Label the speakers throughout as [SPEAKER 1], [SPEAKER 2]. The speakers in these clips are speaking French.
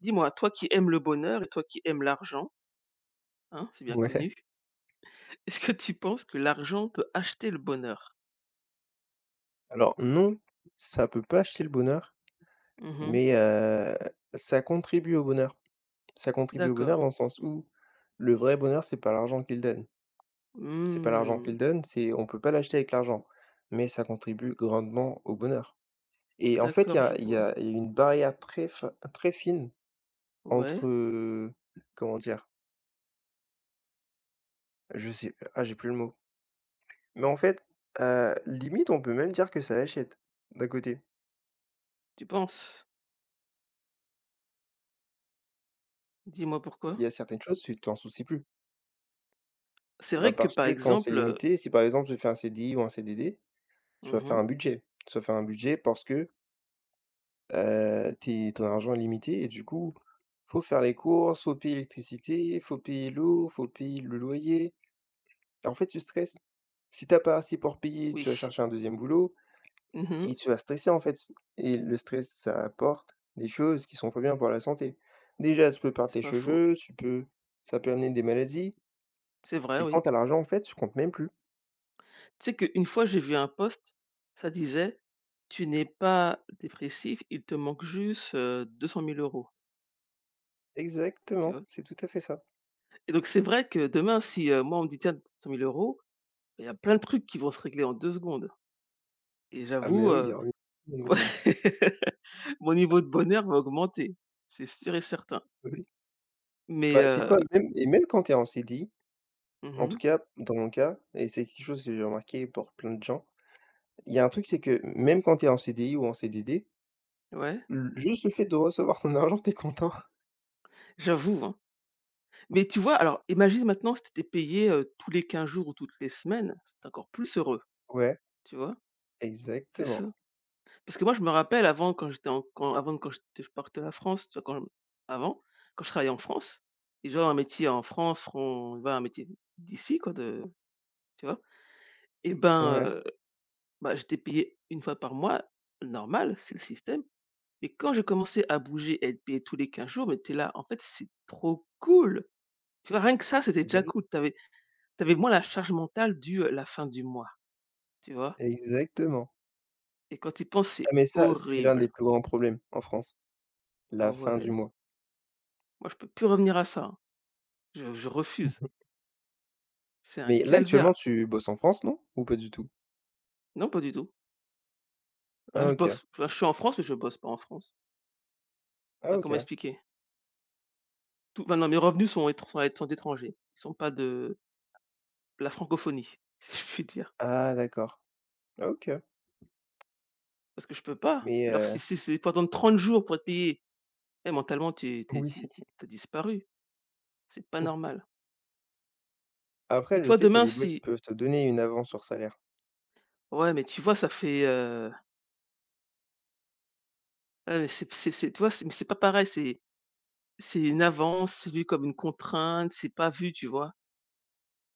[SPEAKER 1] Dis-moi, toi qui aimes le bonheur et toi qui aimes l'argent, hein, c'est bien connu.
[SPEAKER 2] Ouais,
[SPEAKER 1] Est-ce que tu penses que l'argent peut acheter le bonheur?
[SPEAKER 2] alors non, ça peut pas acheter le bonheur,
[SPEAKER 1] Mmh.
[SPEAKER 2] mais ça contribue au bonheur. Ça contribue au
[SPEAKER 1] D'accord.
[SPEAKER 2] bonheur dans le sens où le vrai bonheur, c'est pas l'argent qu'il donne. C'est pas l'argent
[SPEAKER 1] Mmh.
[SPEAKER 2] qu'il donne, c'est on peut pas l'acheter avec l'argent, mais ça contribue grandement au bonheur. Et en fait, il y
[SPEAKER 1] D'accord, je
[SPEAKER 2] a il y
[SPEAKER 1] vois.
[SPEAKER 2] a il y a une barrière très fine entre,
[SPEAKER 1] Ouais,
[SPEAKER 2] comment dire? Je sais j'ai plus le mot. Mais en fait, limite, on peut même dire que ça l'achète, d'un côté.
[SPEAKER 1] tu penses? Dis-moi pourquoi?
[SPEAKER 2] Il y a certaines choses, tu t'en soucies plus.
[SPEAKER 1] C'est
[SPEAKER 2] Bah,
[SPEAKER 1] vrai que
[SPEAKER 2] parce
[SPEAKER 1] par
[SPEAKER 2] que quand c'est
[SPEAKER 1] exemple
[SPEAKER 2] limité, si par exemple tu fais un CDI ou un CDD, tu vas faire
[SPEAKER 1] mmh.
[SPEAKER 2] un budget. Tu vas faire un budget parce que, tes ton argent est limité et du coup, faut faire les courses, faut payer l'électricité, faut payer l'eau, faut payer le loyer. En fait, tu stresses. Si t'as pas assez pour payer,
[SPEAKER 1] Oui.
[SPEAKER 2] tu vas chercher un deuxième boulot
[SPEAKER 1] Mmh.
[SPEAKER 2] et tu vas stresser, en fait, et le stress, ça apporte des choses qui sont pas bien pour la santé. Déjà, tu peux perdre
[SPEAKER 1] C'est
[SPEAKER 2] tes
[SPEAKER 1] pas faux.
[SPEAKER 2] cheveux, tu peux ça peut amener des maladies.
[SPEAKER 1] C'est vrai,
[SPEAKER 2] Et quand
[SPEAKER 1] oui.
[SPEAKER 2] t'as l'argent, en fait, tu comptes même plus.
[SPEAKER 1] Tu sais qu'une fois j'ai vu un post, ça disait: «Tu n'es pas dépressif, il te manque juste, 200 000 euros.» Tu
[SPEAKER 2] Exactement,
[SPEAKER 1] vois?
[SPEAKER 2] c'est tout à fait ça.
[SPEAKER 1] Et donc c'est vrai que demain si, moi on me dit: «Tiens, 200 000 euros. Il y a plein de trucs qui vont se régler en 2 secondes et
[SPEAKER 2] Ah mais
[SPEAKER 1] j'avoue,
[SPEAKER 2] oui, alors oui. Non mais
[SPEAKER 1] ouais,
[SPEAKER 2] oui,
[SPEAKER 1] mon niveau de bonheur va augmenter, c'est sûr et certain.»
[SPEAKER 2] oui.
[SPEAKER 1] Mais
[SPEAKER 2] Bah, tu sais quoi? Même quand tu es en CDI, en tout
[SPEAKER 1] mmh,
[SPEAKER 2] cas dans mon cas, et c'est quelque chose que j'ai remarqué pour plein de gens, il y a un truc, c'est que même quand tu es en CDI ou en CDD,
[SPEAKER 1] mh. Ouais,
[SPEAKER 2] l juste le fait de recevoir ton argent, t'es content.
[SPEAKER 1] j'avoue, hein. Mais tu vois, alors imagine maintenant si tu étais payé, tous les 15 jours ou toutes les semaines, c'est encore plus heureux,
[SPEAKER 2] Ouais,
[SPEAKER 1] tu vois? C'est ça.
[SPEAKER 2] exactement.
[SPEAKER 1] Parce que moi je me rappelle avant quand j'étais en, quand avant de, quand j'étais, je partais de la France, tu vois, quand avant, quand je travaillais en France et genre un métier en France, fron voilà, un métier d'ici, quoi. De, tu vois? Et ben,
[SPEAKER 2] Ouais.
[SPEAKER 1] bah, j'étais payé une fois par mois, normal, c'est le système. Mais quand j'ai commencé à bouger et à être payé tous les 15 jours, mais t'es là, en fait, c'est trop cool! Tu vois? Rien que ça, c'était
[SPEAKER 2] Ah bah
[SPEAKER 1] déjà
[SPEAKER 2] oui.
[SPEAKER 1] cool. T'avais moins la charge mentale la fin du mois, tu vois?
[SPEAKER 2] Exactement.
[SPEAKER 1] Et quand tu y penses,
[SPEAKER 2] Ah
[SPEAKER 1] c'est
[SPEAKER 2] mais ça, c'est l'un des
[SPEAKER 1] horrible.
[SPEAKER 2] plus grands problèmes en France,
[SPEAKER 1] Ah
[SPEAKER 2] la fin du
[SPEAKER 1] ouais,
[SPEAKER 2] mois.
[SPEAKER 1] moi, je peux plus revenir à ça, hein. Je refuse. C'est un
[SPEAKER 2] Mais là,
[SPEAKER 1] calvaire.
[SPEAKER 2] actuellement, tu bosses en France, non? Ou pas du tout?
[SPEAKER 1] Non, pas du tout. Bah,
[SPEAKER 2] Ah
[SPEAKER 1] je
[SPEAKER 2] OK.
[SPEAKER 1] bosse. Enfin, je suis en France, mais je bosse pas en France.
[SPEAKER 2] Ah
[SPEAKER 1] Enfin, comment
[SPEAKER 2] OK.
[SPEAKER 1] expliquer? Tout, bah non, mes revenus sont étr sont sont d'étrangers. Ils sont pas de la francophonie, si je puis dire.
[SPEAKER 2] Ah d'accord. Ah OK.
[SPEAKER 1] Parce que je peux pas.
[SPEAKER 2] Mais
[SPEAKER 1] Alors, si si c'est pendant 30 jours pour être payé, eh mentalement tu es tu es tu es tu as disparu, c'est pas
[SPEAKER 2] oui.
[SPEAKER 1] normal. Mais
[SPEAKER 2] Après, je
[SPEAKER 1] toi
[SPEAKER 2] sais qu'il y
[SPEAKER 1] demain
[SPEAKER 2] a des boîtes qui
[SPEAKER 1] si,
[SPEAKER 2] peuvent te donner une avance sur salaire.
[SPEAKER 1] ouais, mais tu vois ça fait, ah, mais c'est c'est, tu vois? C'est, mais c'est pas pareil, c'est, une avance, c'est vu comme une contrainte, c'est pas vu, tu vois?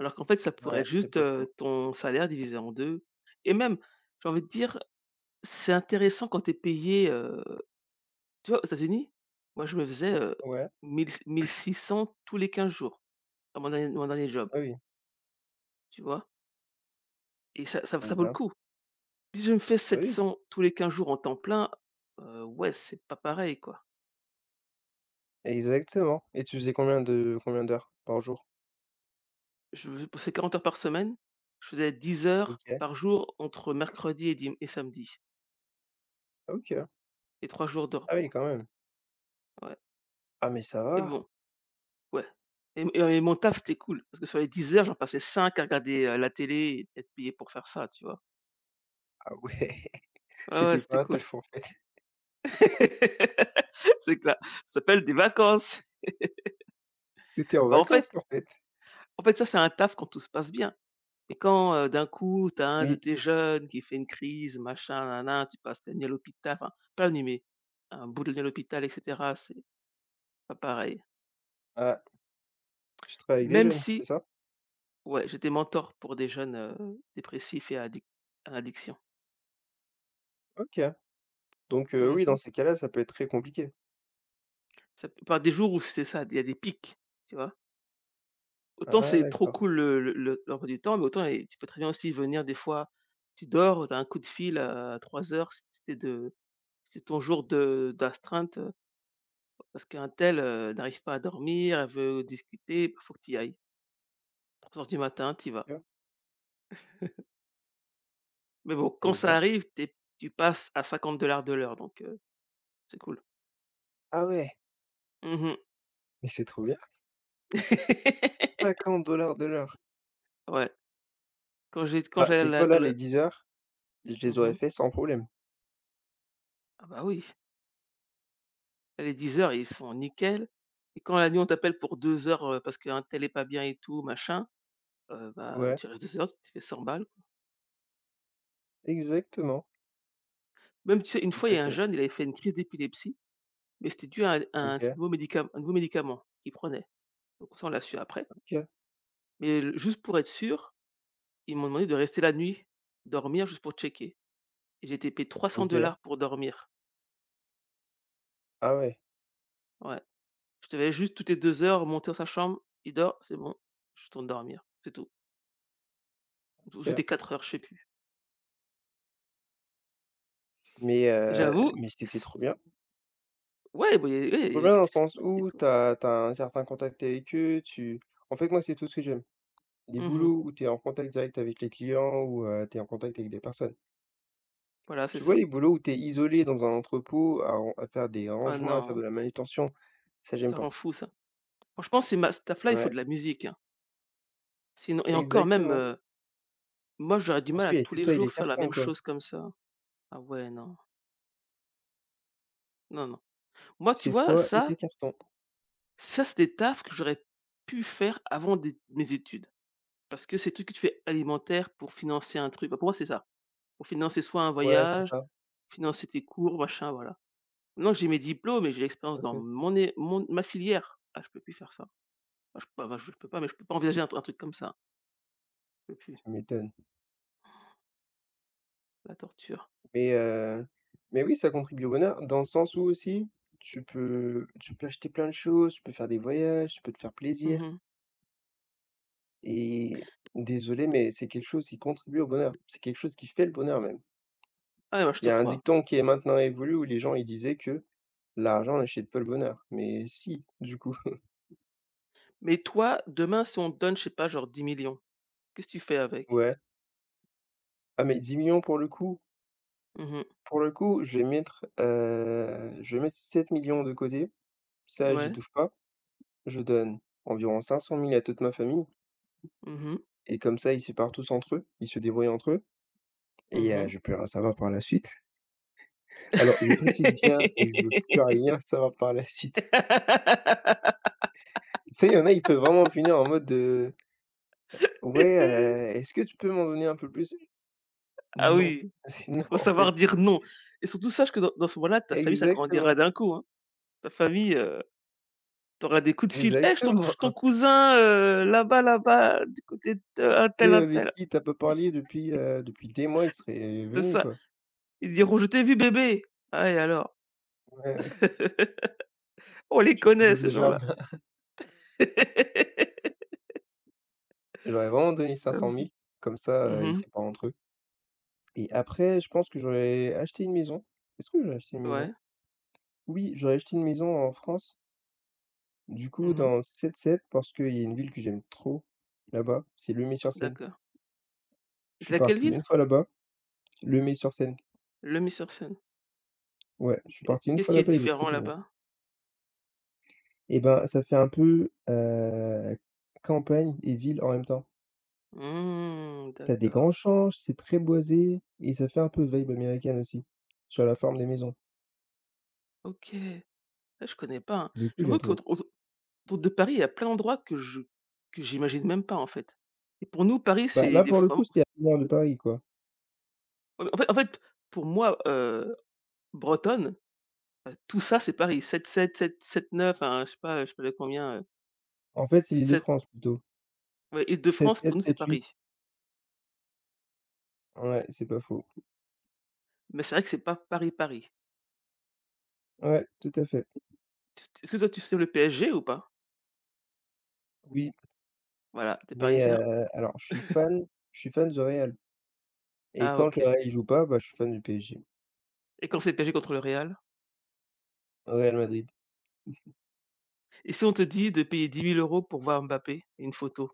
[SPEAKER 1] Alors qu'en fait ça pourrait
[SPEAKER 2] Ouais,
[SPEAKER 1] être
[SPEAKER 2] c'est
[SPEAKER 1] juste,
[SPEAKER 2] pas faux.
[SPEAKER 1] ton salaire divisé en 2. Et même, j'ai envie de dire, c'est intéressant quand tu es payé, tu vois, aux États-Unis, moi je me faisais,
[SPEAKER 2] Ouais,
[SPEAKER 1] 1000-1600 tous les 15 jours à mon dernier job,
[SPEAKER 2] ah oui,
[SPEAKER 1] tu vois? Et ça
[SPEAKER 2] eh
[SPEAKER 1] vaut le
[SPEAKER 2] ben,
[SPEAKER 1] coup. Si je me fais
[SPEAKER 2] ah oui,
[SPEAKER 1] 700 tous les 15 jours en temps plein, ouais, c'est pas pareil, quoi.
[SPEAKER 2] exactement. Et tu faisais combien d'heures par jour?
[SPEAKER 1] Je bossais 40 heures par semaine, je faisais 10 heures
[SPEAKER 2] OK,
[SPEAKER 1] par jour entre mercredi et dim et samedi,
[SPEAKER 2] OK.
[SPEAKER 1] et 3 jours de
[SPEAKER 2] Ah oui,
[SPEAKER 1] repos.
[SPEAKER 2] quand même.
[SPEAKER 1] Ouais.
[SPEAKER 2] Ah mais ça
[SPEAKER 1] Et
[SPEAKER 2] va.
[SPEAKER 1] bon, ouais. Et m et mon taf, c'était cool parce que sur les 10 heures, j'en passais 5 à regarder, la télé, et être payé pour faire ça, tu vois?
[SPEAKER 2] Ah ouais,
[SPEAKER 1] Ouais, ouais,
[SPEAKER 2] c'était
[SPEAKER 1] c'était
[SPEAKER 2] pas un
[SPEAKER 1] cool.
[SPEAKER 2] taf, en fait.
[SPEAKER 1] C'est clair, ça s'appelle des vacances.
[SPEAKER 2] Tu en
[SPEAKER 1] Bah, en fait,
[SPEAKER 2] vacances, en fait.
[SPEAKER 1] ça, c'est un taf quand tout se passe bien. Et quand, d'un coup, tu as un de
[SPEAKER 2] Oui,
[SPEAKER 1] tes jeunes qui fait une crise, machin, nanan, tu passes la nuit à l'hôpital, enfin pas la nuit, mais un bout de la nuit à l'hôpital et cetera, c'est pas pareil.
[SPEAKER 2] ah, tu travailles avec des
[SPEAKER 1] Même
[SPEAKER 2] jeunes, c'est
[SPEAKER 1] si,
[SPEAKER 2] ça?
[SPEAKER 1] ouais, j'étais mentor pour des jeunes, dépressifs et addic à l'addiction.
[SPEAKER 2] OK. Donc oui, dans
[SPEAKER 1] Mmh.
[SPEAKER 2] ces cas-là, ça peut être très compliqué.
[SPEAKER 1] Ça peut par des jours où c'est ça, il y a des pics, tu vois? Autant
[SPEAKER 2] Ah
[SPEAKER 1] c'est trop
[SPEAKER 2] d'accord,
[SPEAKER 1] cool le l'emploi du temps, mais autant, et tu peux très bien aussi venir des fois, tu dors, tu as un coup de fil à 3 heures, c'était de, si c'est ton jour de d'astreinte. Parce qu'un tel, n'arrive pas à dormir, elle veut discuter, bah, faut que tu y ailles. 3 heures du matin, tu y vas.
[SPEAKER 2] OK.
[SPEAKER 1] Mais bon, quand
[SPEAKER 2] Eh
[SPEAKER 1] ça
[SPEAKER 2] ben,
[SPEAKER 1] arrive, tu passes à 50 de l'heure, donc c'est cool.
[SPEAKER 2] ah ouais,
[SPEAKER 1] Mmh.
[SPEAKER 2] mais c'est trop bien. 50 dollars de l'heure.
[SPEAKER 1] Ouais, quand
[SPEAKER 2] Bah,
[SPEAKER 1] j'allais à
[SPEAKER 2] c'est
[SPEAKER 1] la
[SPEAKER 2] quoi,
[SPEAKER 1] à
[SPEAKER 2] là, les
[SPEAKER 1] le,
[SPEAKER 2] 10 heures, je les
[SPEAKER 1] mmh,
[SPEAKER 2] aurais
[SPEAKER 1] mh.
[SPEAKER 2] fait sans problème.
[SPEAKER 1] Ah bah oui, les 10 heures ils sont nickel, et quand la nuit on t'appelle pour 2 heures, parce qu'un tel est pas bien et tout machin, bah,
[SPEAKER 2] Ouais.
[SPEAKER 1] tu restes 2 heures, tu te fais 100 balles.
[SPEAKER 2] Exactement,
[SPEAKER 1] Même, tu sais, une
[SPEAKER 2] tout
[SPEAKER 1] fois, il
[SPEAKER 2] à
[SPEAKER 1] y a un
[SPEAKER 2] fait.
[SPEAKER 1] jeune, il avait fait une crise d'épilepsie, mais c'était dû à
[SPEAKER 2] OK,
[SPEAKER 1] un nouveau médicament qu'il prenait. Donc ça, on l'a su après.
[SPEAKER 2] OK,
[SPEAKER 1] Mais le juste pour être sûr, ils m'ont demandé de rester la nuit, dormir juste pour checker, et j'ai été payé 300
[SPEAKER 2] OK.
[SPEAKER 1] pour dormir.
[SPEAKER 2] Ah ouais,
[SPEAKER 1] Ouais. Je devais juste toutes les 2 heures monter dans sa chambre, il dort, c'est bon, je retourne dormir, c'est tout. Ou
[SPEAKER 2] OK.
[SPEAKER 1] c'était 4 heures, je sais plus. Et j'avoue,
[SPEAKER 2] Mais c'était trop
[SPEAKER 1] c
[SPEAKER 2] bien.
[SPEAKER 1] ouais, bah, y a, ouais, y
[SPEAKER 2] Trop
[SPEAKER 1] avait,
[SPEAKER 2] bien dans le sens
[SPEAKER 1] c'était
[SPEAKER 2] où
[SPEAKER 1] cool.
[SPEAKER 2] tu as un certain contact avec eux, tu en fait, moi, c'est tout ce que j'aime. Les
[SPEAKER 1] Mmh.
[SPEAKER 2] boulots où tu es en contact direct avec les clients, où, tu es en contact avec des personnes.
[SPEAKER 1] Voilà, c'est
[SPEAKER 2] Tu vois
[SPEAKER 1] ça.
[SPEAKER 2] les boulots où tu es isolé dans un entrepôt à faire des
[SPEAKER 1] Ah
[SPEAKER 2] rangements, à faire
[SPEAKER 1] non,
[SPEAKER 2] de la manutention, ça, j'aime
[SPEAKER 1] ça
[SPEAKER 2] pas.
[SPEAKER 1] rend fou ça. Franchement, ces ma ce taf-là, il faut de
[SPEAKER 2] Ouais,
[SPEAKER 1] la musique, hein. Sinon et encore même,
[SPEAKER 2] exactement.
[SPEAKER 1] moi j'aurais du
[SPEAKER 2] Parce
[SPEAKER 1] mal à
[SPEAKER 2] qu'il y a
[SPEAKER 1] tous
[SPEAKER 2] que
[SPEAKER 1] les
[SPEAKER 2] toi et
[SPEAKER 1] jours
[SPEAKER 2] les
[SPEAKER 1] faire la
[SPEAKER 2] cartons,
[SPEAKER 1] même
[SPEAKER 2] quoi.
[SPEAKER 1] chose comme ça. Ah ouais, non. Non, non. Moi, tu
[SPEAKER 2] C'est
[SPEAKER 1] vois
[SPEAKER 2] toi et
[SPEAKER 1] ça,
[SPEAKER 2] tes cartons.
[SPEAKER 1] ça, c'est des tafs que j'aurais pu faire avant des mes études. Parce que c'est tout ce que tu fais alimentaire pour financer un truc, bah, pour moi, c'est ça. Pour financer soit un
[SPEAKER 2] Ouais, c'est
[SPEAKER 1] voyage,
[SPEAKER 2] ça,
[SPEAKER 1] financer tes cours, machin, voilà. Maintenant que j'ai mes diplômes et j'ai l'expérience
[SPEAKER 2] tout à
[SPEAKER 1] dans
[SPEAKER 2] fait.
[SPEAKER 1] mon é mon ma filière, ah, je peux plus faire ça. Ah, je peux pas, bah, je peux pas, mais je peux pas envisager un truc comme ça. Je peux plus,
[SPEAKER 2] Tu m'étonnes.
[SPEAKER 1] la torture.
[SPEAKER 2] Mais heu, mais oui, ça contribue au bonheur dans le sens où aussi, tu peux acheter plein de choses, tu peux faire des voyages, tu peux te faire plaisir
[SPEAKER 1] Mmh.
[SPEAKER 2] et désolé, mais c'est quelque chose qui contribue au bonheur. C'est quelque chose qui fait le bonheur même.
[SPEAKER 1] Ah, ouais, bah, je
[SPEAKER 2] Il y
[SPEAKER 1] te
[SPEAKER 2] a un
[SPEAKER 1] crois.
[SPEAKER 2] dicton qui est maintenant évolué où les gens, ils disaient que: «L'argent n'achète pas le bonheur». Mais si, du coup.
[SPEAKER 1] Mais toi, demain, si on te donne, je sais pas, genre 10 millions, qu'est-ce que tu fais avec?
[SPEAKER 2] Ouais. Ah mais 10 millions pour le coup,
[SPEAKER 1] Mmh.
[SPEAKER 2] je vais mettre, 7 millions de côté. Ça, je
[SPEAKER 1] Ouais.
[SPEAKER 2] touche pas. Je donne environ 500 000 à toute ma famille.
[SPEAKER 1] Mmh, mh.
[SPEAKER 2] Et comme ça, ils se parlent tous entre eux, ils se débrouillent entre eux et je peux rien savoir par la suite. Alors je précise bien, je peux rien savoir par la suite. Tu sais, il y en a, ils peuvent vraiment finir en mode, de. «Ouais, est-ce que tu peux m'en donner un peu plus?»
[SPEAKER 1] Ah
[SPEAKER 2] «Non»,
[SPEAKER 1] oui,
[SPEAKER 2] c'est non,
[SPEAKER 1] faut
[SPEAKER 2] en fait.
[SPEAKER 1] savoir dire non, et surtout sache que dans ce moment-là, ta famille, ça grandira
[SPEAKER 2] Exactement,
[SPEAKER 1] d'un coup, hein. Ta famille, tu, des coups de fil: «Eh, j'ai ton couche
[SPEAKER 2] exactement.
[SPEAKER 1] ton cousin, là-bas, là-bas, du côté de untel,
[SPEAKER 2] Eux avec
[SPEAKER 1] untel».
[SPEAKER 2] qui t'as as pas parlé depuis, des mois, ils seraient
[SPEAKER 1] C'est
[SPEAKER 2] venus,
[SPEAKER 1] ça.
[SPEAKER 2] quoi.
[SPEAKER 1] Ils diront: «Je t'ai vu bébé». Ah et alors?
[SPEAKER 2] Ouais, ouais,
[SPEAKER 1] On les
[SPEAKER 2] je suis ton
[SPEAKER 1] connaît,
[SPEAKER 2] gosse
[SPEAKER 1] ces
[SPEAKER 2] de
[SPEAKER 1] gens-là.
[SPEAKER 2] jardin. J'aurais vraiment donné cinq cent
[SPEAKER 1] J'avoue.
[SPEAKER 2] mille, comme ça, ils
[SPEAKER 1] Mmh.
[SPEAKER 2] se séparent entre eux et après, je pense que j'aurais acheté une maison. Est-ce que j'aurais acheté une
[SPEAKER 1] Ouais.
[SPEAKER 2] maison? Oui, j'aurais acheté une maison en France, du coup
[SPEAKER 1] Mmh.
[SPEAKER 2] dans le 7-7 parce qu'il y a une ville que j'aime trop là-bas, c'est Lemay-sur-Seine.
[SPEAKER 1] D'accord.
[SPEAKER 2] Je
[SPEAKER 1] Tu
[SPEAKER 2] suis
[SPEAKER 1] es quelle
[SPEAKER 2] parti
[SPEAKER 1] ville?
[SPEAKER 2] une fois là-bas, Lemay-sur-Seine.
[SPEAKER 1] Le sur,
[SPEAKER 2] Ouais, je suis
[SPEAKER 1] et
[SPEAKER 2] parti une
[SPEAKER 1] qu'est-ce
[SPEAKER 2] fois
[SPEAKER 1] qui est
[SPEAKER 2] là-bas et j'ai trop
[SPEAKER 1] différent
[SPEAKER 2] aimé.
[SPEAKER 1] là-bas?
[SPEAKER 2] Et ben, ça fait un peu, campagne et ville en même temps.
[SPEAKER 1] Mmh,
[SPEAKER 2] T'as des
[SPEAKER 1] d'accord.
[SPEAKER 2] grands champs, c'est très boisé et ça fait un peu vibe américaine aussi, sur la forme des maisons.
[SPEAKER 1] OK. Ah, je connais pas, hein.
[SPEAKER 2] Du coup, j'aime
[SPEAKER 1] J'avoue qu'aut
[SPEAKER 2] trop.
[SPEAKER 1] Autour de Paris, il y a plein d'endroits que j'imagine même pas, en fait. Et pour nous, Paris,
[SPEAKER 2] Bah,
[SPEAKER 1] c'est
[SPEAKER 2] là
[SPEAKER 1] des
[SPEAKER 2] pour
[SPEAKER 1] f
[SPEAKER 2] le coup,
[SPEAKER 1] en
[SPEAKER 2] c'était à 1 heure de Paris quoi.
[SPEAKER 1] fait, pour moi, bretonne, tout ça, c'est Paris. Sept, sept, sept, sept, neuf. Enfin, je sais pas, de combien,
[SPEAKER 2] En fait, c'est
[SPEAKER 1] 7,
[SPEAKER 2] l'Île-de-France plutôt.
[SPEAKER 1] ouais, Île-de-France, pour nous, c'est
[SPEAKER 2] 7-7-7-8.
[SPEAKER 1] Paris.
[SPEAKER 2] Ouais, c'est pas faux.
[SPEAKER 1] Mais c'est vrai que c'est pas Paris, Paris.
[SPEAKER 2] Ouais, tout à fait.
[SPEAKER 1] Tu Est-ce que toi, tu suis le PSG ou pas?
[SPEAKER 2] Oui.
[SPEAKER 1] Voilà, t'es
[SPEAKER 2] Mais
[SPEAKER 1] parisien?
[SPEAKER 2] alors je suis fan du Real et
[SPEAKER 1] Ah
[SPEAKER 2] quand le
[SPEAKER 1] OK.
[SPEAKER 2] Real il joue pas, bah, je suis fan du PSG.
[SPEAKER 1] Et quand c'est le PSG contre le Real?
[SPEAKER 2] Real Madrid,
[SPEAKER 1] Et si on te dit de payer 10 000 euros pour voir Mbappé et une photo,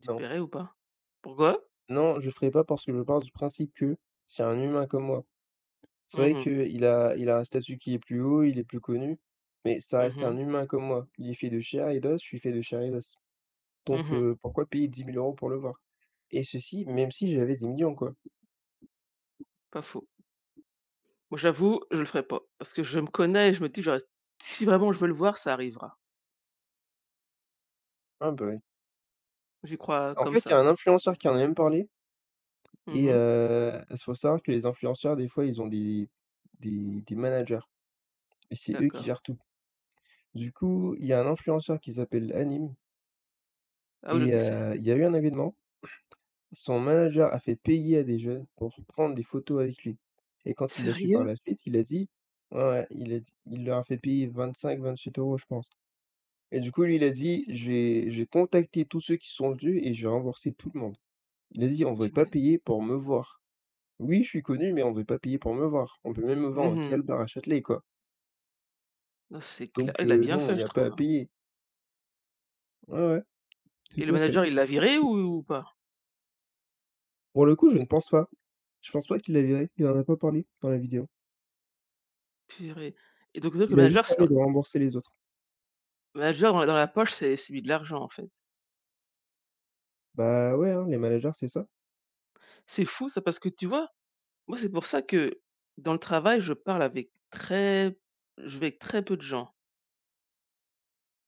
[SPEAKER 1] tu
[SPEAKER 2] non.
[SPEAKER 1] paierais ou pas? Pourquoi?
[SPEAKER 2] Non, je ferai pas parce que je pars du principe que c'est un humain comme moi. C'est
[SPEAKER 1] Mmh,
[SPEAKER 2] vrai
[SPEAKER 1] mh.
[SPEAKER 2] qu'il a un statut qui est plus haut, il est plus connu, mais ça
[SPEAKER 1] Mmh,
[SPEAKER 2] reste
[SPEAKER 1] mh.
[SPEAKER 2] un humain comme moi. Il est fait de chair et d'os, je suis fait de chair et d'os. Donc
[SPEAKER 1] Mmh.
[SPEAKER 2] pourquoi payer 10 000 euros pour le voir? Et ceci, même si j'avais 10 millions, quoi.
[SPEAKER 1] Pas faux. Moi, j'avoue, je le ferai pas parce que je me connais et je me dis: «J'aurais, si vraiment je veux le voir, ça arrivera».
[SPEAKER 2] Ah bah, ouais.
[SPEAKER 1] J'y crois
[SPEAKER 2] En
[SPEAKER 1] comme
[SPEAKER 2] fait, il y
[SPEAKER 1] ça.
[SPEAKER 2] a un influenceur qui en a même parlé et
[SPEAKER 1] Mmh.
[SPEAKER 2] il faut savoir que les influenceurs, des fois, ils ont des managers et c'est eux qui
[SPEAKER 1] D'accord.
[SPEAKER 2] gèrent tout. Du coup, il y a un influenceur qui s'appelle Hanim
[SPEAKER 1] Ah oui,
[SPEAKER 2] et
[SPEAKER 1] qui sait.
[SPEAKER 2] il y a eu un événement. Son manager a fait payer à des jeunes pour prendre des photos avec lui et quand il l'a su par
[SPEAKER 1] Sérieux?
[SPEAKER 2] la suite, il a dit ouais, ouais, il leur a fait payer 25-28 euros, je pense. Et du coup, lui, il a dit: J'ai contacté tous ceux qui sont venus et j'ai remboursé tout le monde». Il a dit: «On ne veut
[SPEAKER 1] Tu
[SPEAKER 2] pas
[SPEAKER 1] m'é
[SPEAKER 2] payer pour me voir. Oui, je suis connu, mais on ne veut pas payer pour me voir. On peut même me vendre,
[SPEAKER 1] mmh.
[SPEAKER 2] quel bar à Châtelet, quoi».
[SPEAKER 1] Non, c'est clair.
[SPEAKER 2] Donc
[SPEAKER 1] Il a bien
[SPEAKER 2] non, il
[SPEAKER 1] fait,
[SPEAKER 2] n'y
[SPEAKER 1] je
[SPEAKER 2] a pas
[SPEAKER 1] trouve,
[SPEAKER 2] à
[SPEAKER 1] hein.
[SPEAKER 2] payer. Ouais, ouais,
[SPEAKER 1] Et le
[SPEAKER 2] tout à fait.
[SPEAKER 1] manager, il l'a viré ou pas?
[SPEAKER 2] Pour le coup, je ne pense pas. Je pense pas qu'il l'a viré, il en a pas parlé dans la vidéo.
[SPEAKER 1] Viré. Et donc, le
[SPEAKER 2] Il a juste
[SPEAKER 1] manager, c'est dans
[SPEAKER 2] parlé de
[SPEAKER 1] le
[SPEAKER 2] rembourser les autres.
[SPEAKER 1] manager dans la poche, c'est lui de l'argent, en fait.
[SPEAKER 2] Bah, ouais, hein, les managers, c'est ça.
[SPEAKER 1] C'est fou, ça. Parce que tu vois? Moi, c'est pour ça que dans le travail, je parle avec très, je vais avec très peu de gens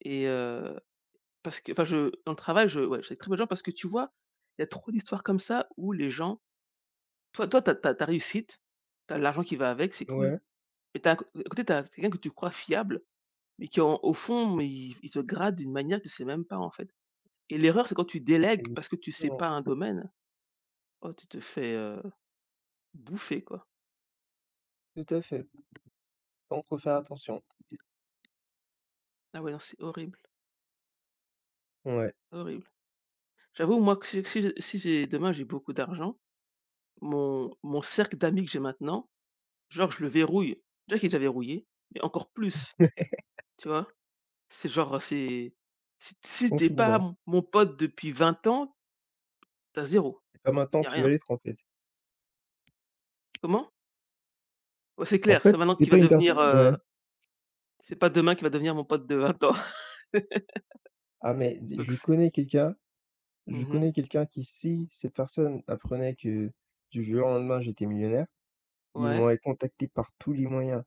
[SPEAKER 1] et Parce que enfin je, dans le travail, je, ouais, je sais très peu de gens parce que tu vois, il y a trop d'histoires comme ça où les gens, toi, t'as t'as tu ta réussite, t'as l'argent qui va avec, c'est cool.
[SPEAKER 2] Ouais.
[SPEAKER 1] Mais t'as à cô à côté, t'as quelqu'un que tu crois fiable, mais qui, en au fond, mais il te grade d'une manière que tu sais même pas, en fait. Et l'erreur, c'est quand tu délègues parce que tu sais
[SPEAKER 2] Exactement,
[SPEAKER 1] pas un domaine, oh tu te fais, bouffer, quoi.
[SPEAKER 2] tout à fait. Donc faut faire attention.
[SPEAKER 1] Ah ouais, non, c'est horrible,
[SPEAKER 2] Ouais,
[SPEAKER 1] horrible. J'avoue, moi, que si j'ai demain j'ai beaucoup d'argent, mon cercle d'amis que j'ai maintenant, genre je le verrouille. Déjà qu'il est déjà verrouillé, mais encore plus. Tu vois? C'est genre, c'est, si tu, pas
[SPEAKER 2] confinement.
[SPEAKER 1] m mon pote depuis 20 ans, t'as zéro,
[SPEAKER 2] C'est pas maintenant
[SPEAKER 1] y
[SPEAKER 2] que
[SPEAKER 1] a
[SPEAKER 2] tu vas
[SPEAKER 1] rien.
[SPEAKER 2] l'être, en fait.
[SPEAKER 1] Comment? Ouais, c'est
[SPEAKER 2] En
[SPEAKER 1] clair, c'est
[SPEAKER 2] fait, si
[SPEAKER 1] maintenant
[SPEAKER 2] tu
[SPEAKER 1] qu'il va
[SPEAKER 2] pas une
[SPEAKER 1] devenir,
[SPEAKER 2] personne ouais.
[SPEAKER 1] c'est pas demain qu'il va devenir mon pote de 20 ans.
[SPEAKER 2] Ah mais
[SPEAKER 1] Donc c'est,
[SPEAKER 2] je
[SPEAKER 1] mmh.
[SPEAKER 2] connais quelqu'un qui si cette personne apprenait que du jour au lendemain, j'étais millionnaire. Ils
[SPEAKER 1] Ouais.
[SPEAKER 2] m'auraient contacté par tous les moyens.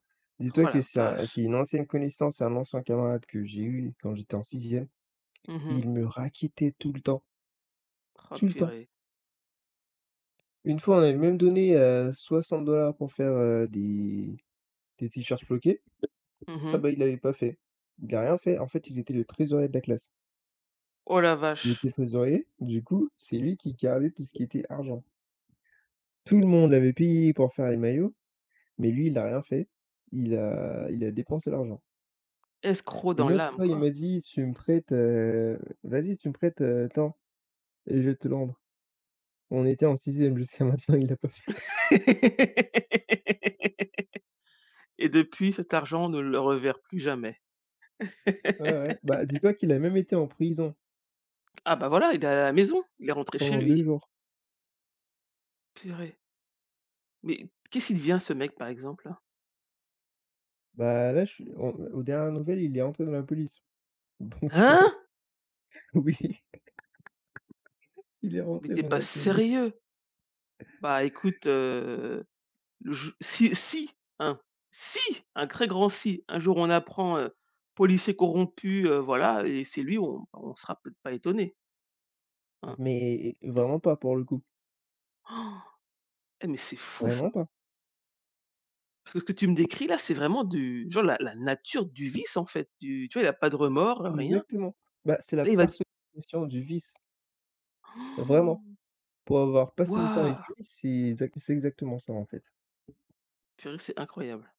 [SPEAKER 1] Oh
[SPEAKER 2] Dis-toi que
[SPEAKER 1] la vache.
[SPEAKER 2] c'est une ancienne connaissance, c'est un ancien camarade que j'ai eu quand j'étais en sixième.
[SPEAKER 1] Mmh.
[SPEAKER 2] Il me rackettait tout le temps,
[SPEAKER 1] Oh
[SPEAKER 2] tout le temps.
[SPEAKER 1] purée.
[SPEAKER 2] Une fois, on avait même donné, 60 dollars pour faire, des t-shirts floqués. Ah
[SPEAKER 1] Mmh.
[SPEAKER 2] bah, il l'avait pas fait. Il a rien fait. En fait, il était le trésorier de la classe.
[SPEAKER 1] Oh la
[SPEAKER 2] Il
[SPEAKER 1] vache.
[SPEAKER 2] était trésorier, du coup, c'est lui qui gardait tout ce qui était argent. Tout le monde l'avait payé pour faire les maillots, mais lui, il n'a rien fait. Il a dépensé l'argent.
[SPEAKER 1] Escroc dans
[SPEAKER 2] Une autre
[SPEAKER 1] l'âme,
[SPEAKER 2] fois, il
[SPEAKER 1] quoi.
[SPEAKER 2] m'a dit: «Tu me prêtes, vas-y, tu me prêtes, tant et je vais te le rendre». On était en sixième jusqu'à maintenant, il l'a pas fait.
[SPEAKER 1] Et depuis, cet argent ne le reverra plus jamais.
[SPEAKER 2] Ouais, ouais, bah, dis-toi qu'il a même été en prison
[SPEAKER 1] Ah bah, voilà, il est à la maison, il est rentré chez
[SPEAKER 2] pendant
[SPEAKER 1] lui.
[SPEAKER 2] 2 jours.
[SPEAKER 1] Purée. Mais qu'est-ce qu'il devient, ce mec, par exemple?
[SPEAKER 2] Bah, là, je suis on aux dernières nouvelles, il est rentré dans la police. Donc
[SPEAKER 1] Hein?
[SPEAKER 2] oui, il est
[SPEAKER 1] Mais
[SPEAKER 2] rentré
[SPEAKER 1] t'es
[SPEAKER 2] dans
[SPEAKER 1] pas
[SPEAKER 2] la police.
[SPEAKER 1] sérieux? Bah, écoute, je, si si, hein, si, un très grand si, un jour on apprend, policier corrompu, voilà, et c'est lui, on, bah, on sera peut-être pas étonné,
[SPEAKER 2] Ah,
[SPEAKER 1] hein.
[SPEAKER 2] mais vraiment pas pour le coup,
[SPEAKER 1] Oh, eh mais c'est fou, ça,
[SPEAKER 2] vraiment pas.
[SPEAKER 1] parce que ce que tu me décris là, c'est vraiment du genre la nature du vice, en fait, du, tu vois, il a pas de remords, rien.
[SPEAKER 2] Exactement. Bah, c'est la
[SPEAKER 1] Là, il va di
[SPEAKER 2] personnalisation du vice, vraiment. Pour avoir passé du temps avec
[SPEAKER 1] waouh!
[SPEAKER 2] lui, c'est exactement ça, en fait.
[SPEAKER 1] Purée, c'est incroyable.